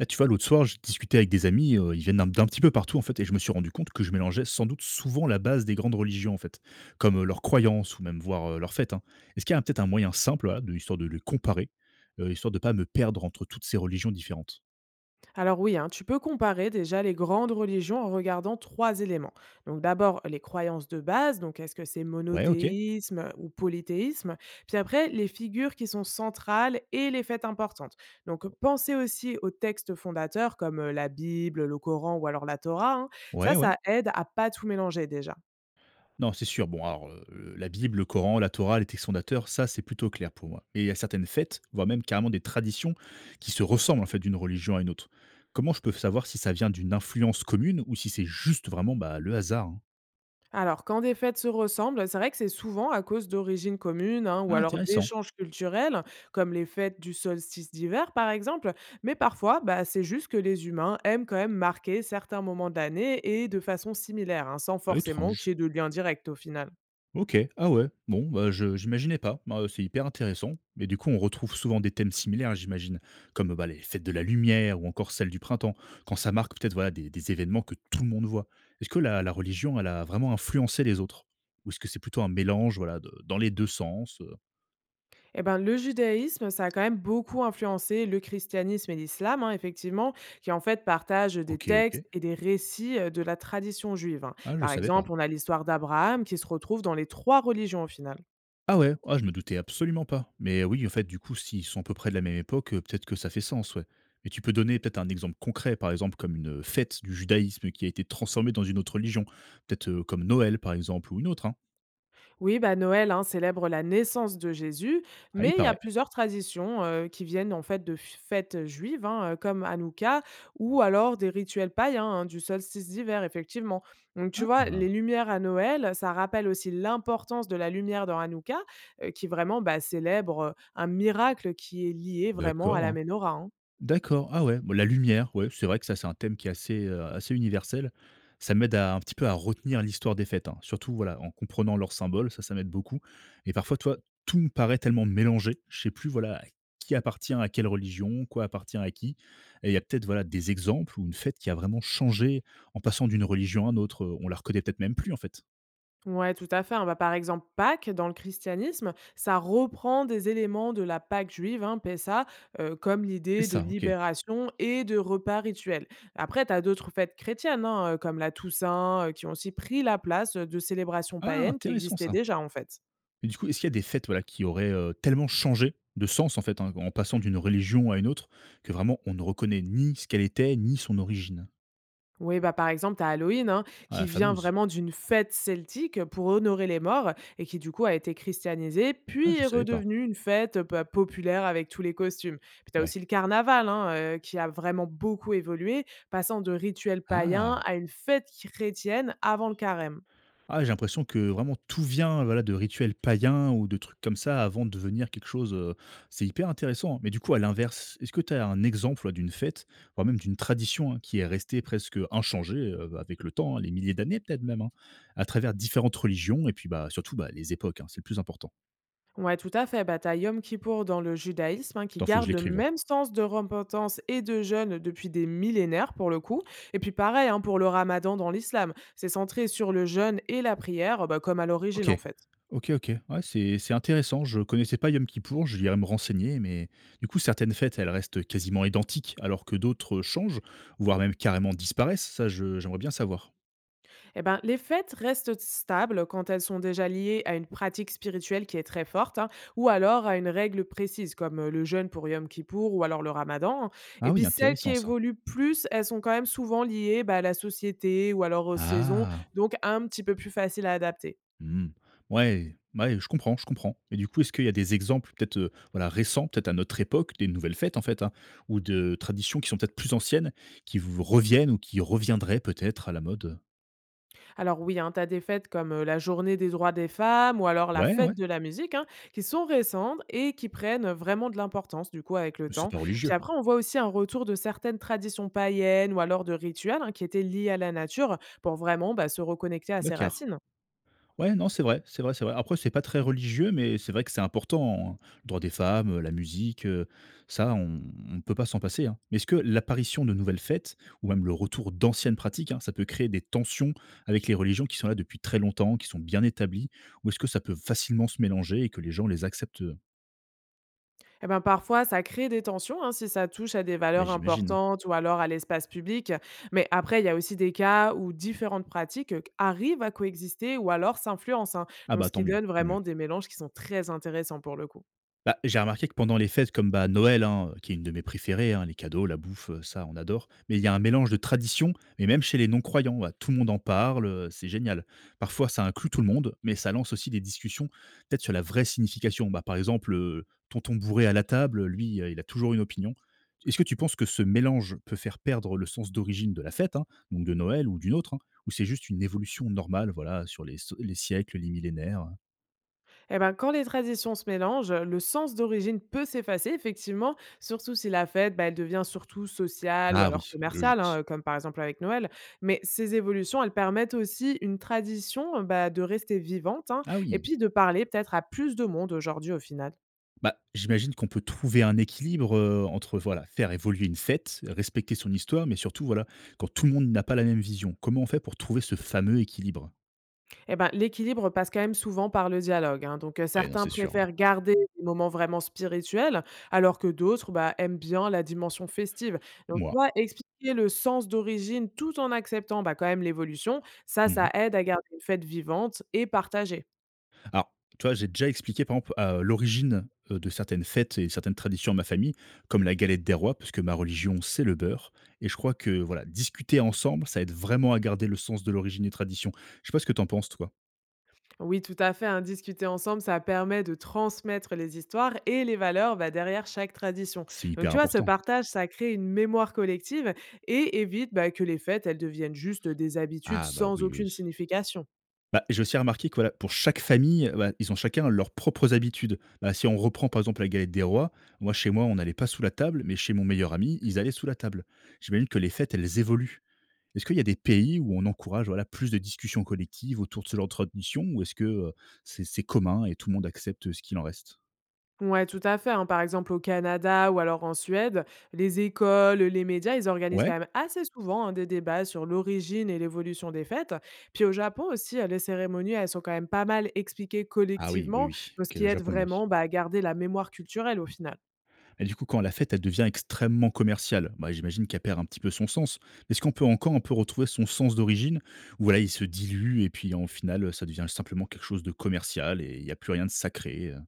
Ah, tu vois, l'autre soir, je discutais avec des amis, ils viennent d'un petit peu partout en fait, et je me suis rendu compte que je mélangeais sans doute souvent la base des grandes religions en fait, comme leurs croyances ou même voir leurs fêtes, hein. Est-ce qu'il y a peut-être un moyen simple, voilà, de, histoire de les comparer, histoire de pas me perdre entre toutes ces religions différentes. Alors oui, hein, tu peux comparer déjà les grandes religions en regardant trois éléments. Donc d'abord les croyances de base, donc est-ce que c'est Ouais, ok. monothéisme ou polythéisme, puis après les figures qui sont centrales et les fêtes importantes. Donc pensez aussi aux textes fondateurs comme la Bible, le Coran ou alors la Torah, hein. Ouais, Ça, ouais. ça aide à pas tout mélanger déjà. Non, c'est sûr. Bon, alors, la Bible, le Coran, la Torah, les textes fondateurs, ça, c'est plutôt clair pour moi. Mais il y a certaines fêtes, voire même carrément des traditions qui se ressemblent, en fait, d'une religion à une autre. Comment je peux savoir si ça vient d'une influence commune ou si c'est juste vraiment, bah, le hasard, hein? Alors, quand des fêtes se ressemblent, c'est vrai que c'est souvent à cause d'origines communes, hein, ou Ah alors intéressant, d'échanges culturels, comme les fêtes du solstice d'hiver, par exemple. Mais parfois, bah, c'est juste que les humains aiment quand même marquer certains moments de l'année et de façon similaire, hein, sans forcément étrange. qu'il y ait de lien direct au final. OK. Ah ouais. Bon, bah, je j'imaginais pas. Bah, c'est hyper intéressant et du coup, on retrouve souvent des thèmes similaires, j'imagine, comme, bah, les fêtes de la lumière ou encore celles du printemps, quand ça marque peut-être, voilà, des événements que tout le monde voit. Est-ce que la religion, elle a vraiment influencé les autres? Ou est-ce que c'est plutôt un mélange, voilà, de dans les 2 sens, Eh ben, le judaïsme, ça a quand même beaucoup influencé le christianisme et l'islam, hein, effectivement, qui en fait partagent des OK, OK. textes et des récits de la tradition juive, hein. Ah, je Par savais pas. exemple, on a l'histoire d'Abraham qui se retrouve dans les trois religions au final. Ah ouais? Ah, je me doutais absolument pas. Mais oui, en fait, du coup, s'ils sont à peu près de la même époque, peut-être que ça fait sens, ouais. Mais tu peux donner peut-être un exemple concret, par exemple, comme une, fête du judaïsme qui a été transformée dans une autre religion? Peut-être, comme Noël, par exemple, ou une autre, hein? Oui, bah, Noël, hein, célèbre la naissance de Jésus, Ah, il mais il y a paraît. plusieurs traditions qui viennent en fait de fêtes juives, hein, comme Hanouka, ou alors des rituels païens, hein, du solstice d'hiver, effectivement. Donc tu vois, les Ah! lumières à Noël, ça rappelle aussi l'importance de la lumière dans Hanouka, qui vraiment, bah, célèbre un miracle qui est lié vraiment à D'accord, la hein. menorah, hein. D'accord, ah ouais, bon la lumière, ouais, c'est vrai que ça, c'est un thème qui est assez, assez universel. Ça m'aide à un petit peu à retenir l'histoire des fêtes, hein. Surtout, voilà, en comprenant leurs symboles, ça m'aide beaucoup et parfois, toi, tout me paraît tellement mélangé, je sais plus, voilà, qui appartient à quelle religion, quoi appartient à qui et il y a peut-être, voilà, des exemples où une fête qui a vraiment changé en passant d'une religion à une autre, on la reconnaît peut-être même plus, en fait. Ouais, tout à fait, hein. Bah, par exemple, Pâques, dans le christianisme, ça reprend des éléments de la Pâque juive, hein, Pessa, comme C'est l'idée de ça, OK. libération et de repas rituels. Après, tu as d'autres fêtes chrétiennes, hein, comme la Toussaint, qui ont aussi pris la place, de célébrations Ah païennes qui intéressant existaient ça! déjà, en fait. Et du coup, est-ce qu'il y a des fêtes, voilà, qui auraient, tellement changé de sens, en fait, hein, en passant d'une religion à une autre, que vraiment on ne reconnaît ni ce qu'elle était, ni son origine? Oui, bah, par exemple, tu as Halloween, hein, Ah, la qui vient fameuse. vraiment d'une fête celtique pour honorer les morts et qui, du coup, a été christianisée, Ah, je puis ne est savais pas. redevenue une fête populaire avec tous les costumes. Puis tu as Ouais. aussi le carnaval, hein, qui a vraiment beaucoup évolué, passant de rituels païens Ah! à une fête chrétienne avant le carême. Ah, j'ai l'impression que vraiment tout vient, voilà, de rituels païens ou de trucs comme ça avant de devenir quelque chose, c'est hyper intéressant, hein. Mais du coup, à l'inverse, est-ce que tu as un exemple, ouais, d'une fête, voire même d'une tradition, hein, qui est restée presque inchangée, avec le temps, hein, les milliers d'années peut-être même, hein, à travers différentes religions et puis, bah, surtout, bah, les époques, hein, c'est le plus important? Ouais, tout à fait. Bah, tu as Yom Kippour dans le judaïsme, hein, qui Attends, faut que je garde le l'écrive. même sens de repentance et de jeûne depuis des millénaires, pour le coup. Et puis pareil, hein, pour le ramadan dans l'islam. C'est centré sur le jeûne et la prière, bah, comme à l'origine, OK. en fait. OK, OK. Ouais, c'est intéressant. Je connaissais pas Yom Kippour, je irai me renseigner, mais du coup, certaines fêtes, elles restent quasiment identiques, alors que d'autres changent, voire même carrément disparaissent. Ça, je j'aimerais bien savoir. Eh ben, les fêtes restent stables quand elles sont déjà liées à une pratique spirituelle qui est très forte, hein, ou alors à une règle précise, comme le jeûne pour Yom Kippour ou alors le ramadan. Ah Et oui, puis celles qui intéressant ça. évoluent plus, elles sont quand même souvent liées, bah, à la société ou alors aux saisons, Ah! donc un petit peu plus facile à adapter. Mmh. Ouais, ouais, je comprends, je comprends. Mais du coup, est-ce qu'il y a des exemples peut-être, voilà, récents, peut-être à notre époque, des nouvelles fêtes, en fait, hein, ou de traditions qui sont peut-être plus anciennes, qui vous reviennent ou qui reviendraient peut-être à la mode? Alors oui, hein, tu as des fêtes comme la Journée des droits des femmes ou alors la Ouais, ouais, Fête de la musique, hein, qui sont récentes et qui prennent vraiment de l'importance du coup avec le mais c'est temps. pas Puis religieux. après, on voit aussi un retour de certaines traditions païennes ou alors de rituels, hein, qui étaient liés à la nature pour vraiment, bah, se reconnecter à ses D'accord. racines. Ouais, non, c'est vrai, c'est vrai, c'est vrai. Après, c'est pas très religieux, mais c'est vrai que c'est important, hein. Le droit des femmes, la musique, ça, on ne peut pas s'en passer, hein. Mais est-ce que l'apparition de nouvelles fêtes ou même le retour d'anciennes pratiques, hein, ça peut créer des tensions avec les religions qui sont là depuis très longtemps, qui sont bien établies? Ou est-ce que ça peut facilement se mélanger et que les gens les acceptent? Eh ben parfois, ça crée des tensions, hein, si ça touche à des Ouais, valeurs j'imagine, hein. importantes ou alors à l'espace public. Mais après, il y a aussi des cas où différentes pratiques arrivent à coexister ou alors s'influencent, hein. Ah Donc bah, ce tant qui mieux, donne tant mieux. vraiment des mélanges qui sont très intéressants pour le coup. Bah, j'ai remarqué que pendant les fêtes comme, bah, Noël, hein, qui est une de mes préférées, hein, les cadeaux, la bouffe, ça on adore, mais il y a un mélange de traditions, mais même chez les non-croyants, bah, tout le monde en parle, c'est génial. Parfois ça inclut tout le monde, mais ça lance aussi des discussions peut-être sur la vraie signification. Bah, par exemple, tonton bourré à la table, lui, il a toujours une opinion. Est-ce que tu penses que ce mélange peut faire perdre le sens d'origine de la fête, hein, donc de Noël ou d'une autre, hein, ou c'est juste une évolution normale, voilà, sur les siècles, les millénaires? Eh ben, quand les traditions se mélangent, le sens d'origine peut s'effacer, effectivement, surtout si la fête, bah, elle devient surtout sociale ou Ah alors oui, commerciale, logique. hein, comme par exemple avec Noël. Mais ces évolutions, elles permettent aussi une tradition, bah, de rester vivante, hein, Ah et oui! puis de parler peut-être à plus de monde aujourd'hui au final. Bah, j'imagine qu'on peut trouver un équilibre, entre voilà, faire évoluer une fête, respecter son histoire, mais surtout, voilà, quand tout le monde n'a pas la même vision, comment on fait pour trouver ce fameux équilibre? Eh ben, l'équilibre passe quand même souvent par le dialogue, hein. Donc, Ouais, non, certains c'est sûr, ouais. préfèrent garder des moments vraiment spirituels, alors que d'autres, bah, aiment bien la dimension festive. Donc, tu Moi. vois, expliquer le sens d'origine tout en acceptant, bah, quand même l'évolution, ça, Mmh. ça aide à garder une fête vivante et partagée. Alors, tu vois, j'ai déjà expliqué, par exemple, à l'origine, de certaines fêtes et certaines traditions à ma famille, comme la galette des rois, parce que ma religion, c'est le beurre et je crois que, voilà, discuter ensemble, ça aide vraiment à garder le sens de l'origine des traditions. Je sais pas ce que t'en penses, toi? Oui, tout à fait, hein, discuter ensemble, ça permet de transmettre les histoires et les valeurs, bah, derrière chaque tradition. C'est Donc, hyper tu vois, ce important. partage, ça crée une mémoire collective et évite, bah, que les fêtes, elles deviennent juste des habitudes Ah bah, sans oui, oui, oui. aucune signification. Bah, j'ai aussi remarqué que, voilà, pour chaque famille, bah, ils ont chacun leurs propres habitudes. Bah, si on reprend par exemple la galette des rois, moi chez moi, on n'allait pas sous la table, mais chez mon meilleur ami, ils allaient sous la table. J'imagine que les fêtes, elles évoluent. Est-ce qu'il y a des pays où on encourage voilà, plus de discussions collectives autour de ce genre de tradition ou est-ce que c'est commun et tout le monde accepte ce qu'il en reste? Ouais, tout à fait, hein. Par exemple, au Canada ou alors en Suède, les écoles, les médias, ils organisent Ouais. quand même assez souvent, hein, des débats sur l'origine et l'évolution des fêtes. Puis au Japon aussi, les cérémonies, elles sont quand même pas mal expliquées Ah oui, oui, collectivement, oui. donc ce Ok, qui le aide Japon, oui. vraiment, bah, à garder la mémoire culturelle au final. Et du coup, quand la fête, elle devient extrêmement commerciale, bah, j'imagine qu'elle perd un petit peu son sens. Est-ce qu'on peut encore un peu retrouver son sens d'origine ou voilà, il se dilue et puis en final, ça devient simplement quelque chose de commercial et il n'y a plus rien de sacré,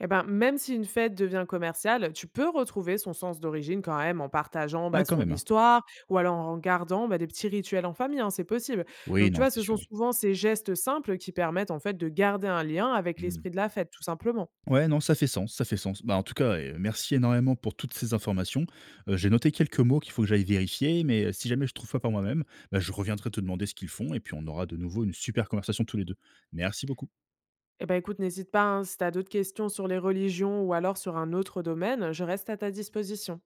Eh ben, même si une fête devient commerciale, tu peux retrouver son sens d'origine quand même en partageant, Ah bah, quand son même, hein. histoire ou alors en gardant, bah, des petits rituels en famille, hein, c'est possible. Oui, Donc tu non, vois, c'est ce sûr, sont oui. souvent ces gestes simples qui permettent en fait de garder un lien avec Mmh. l'esprit de la fête, tout simplement. Ouais, non, ça fait sens, ça fait sens. Bah, en tout cas, merci énormément pour toutes ces informations. J'ai noté quelques mots qu'il faut que j'aille vérifier, mais si jamais je trouve pas par moi-même, bah, je reviendrai te demander ce qu'ils font et puis on aura de nouveau une super conversation tous les 2. Merci beaucoup. Eh ben, écoute, n'hésite pas, hein, si tu as d'autres questions sur les religions ou alors sur un autre domaine, je reste à ta disposition.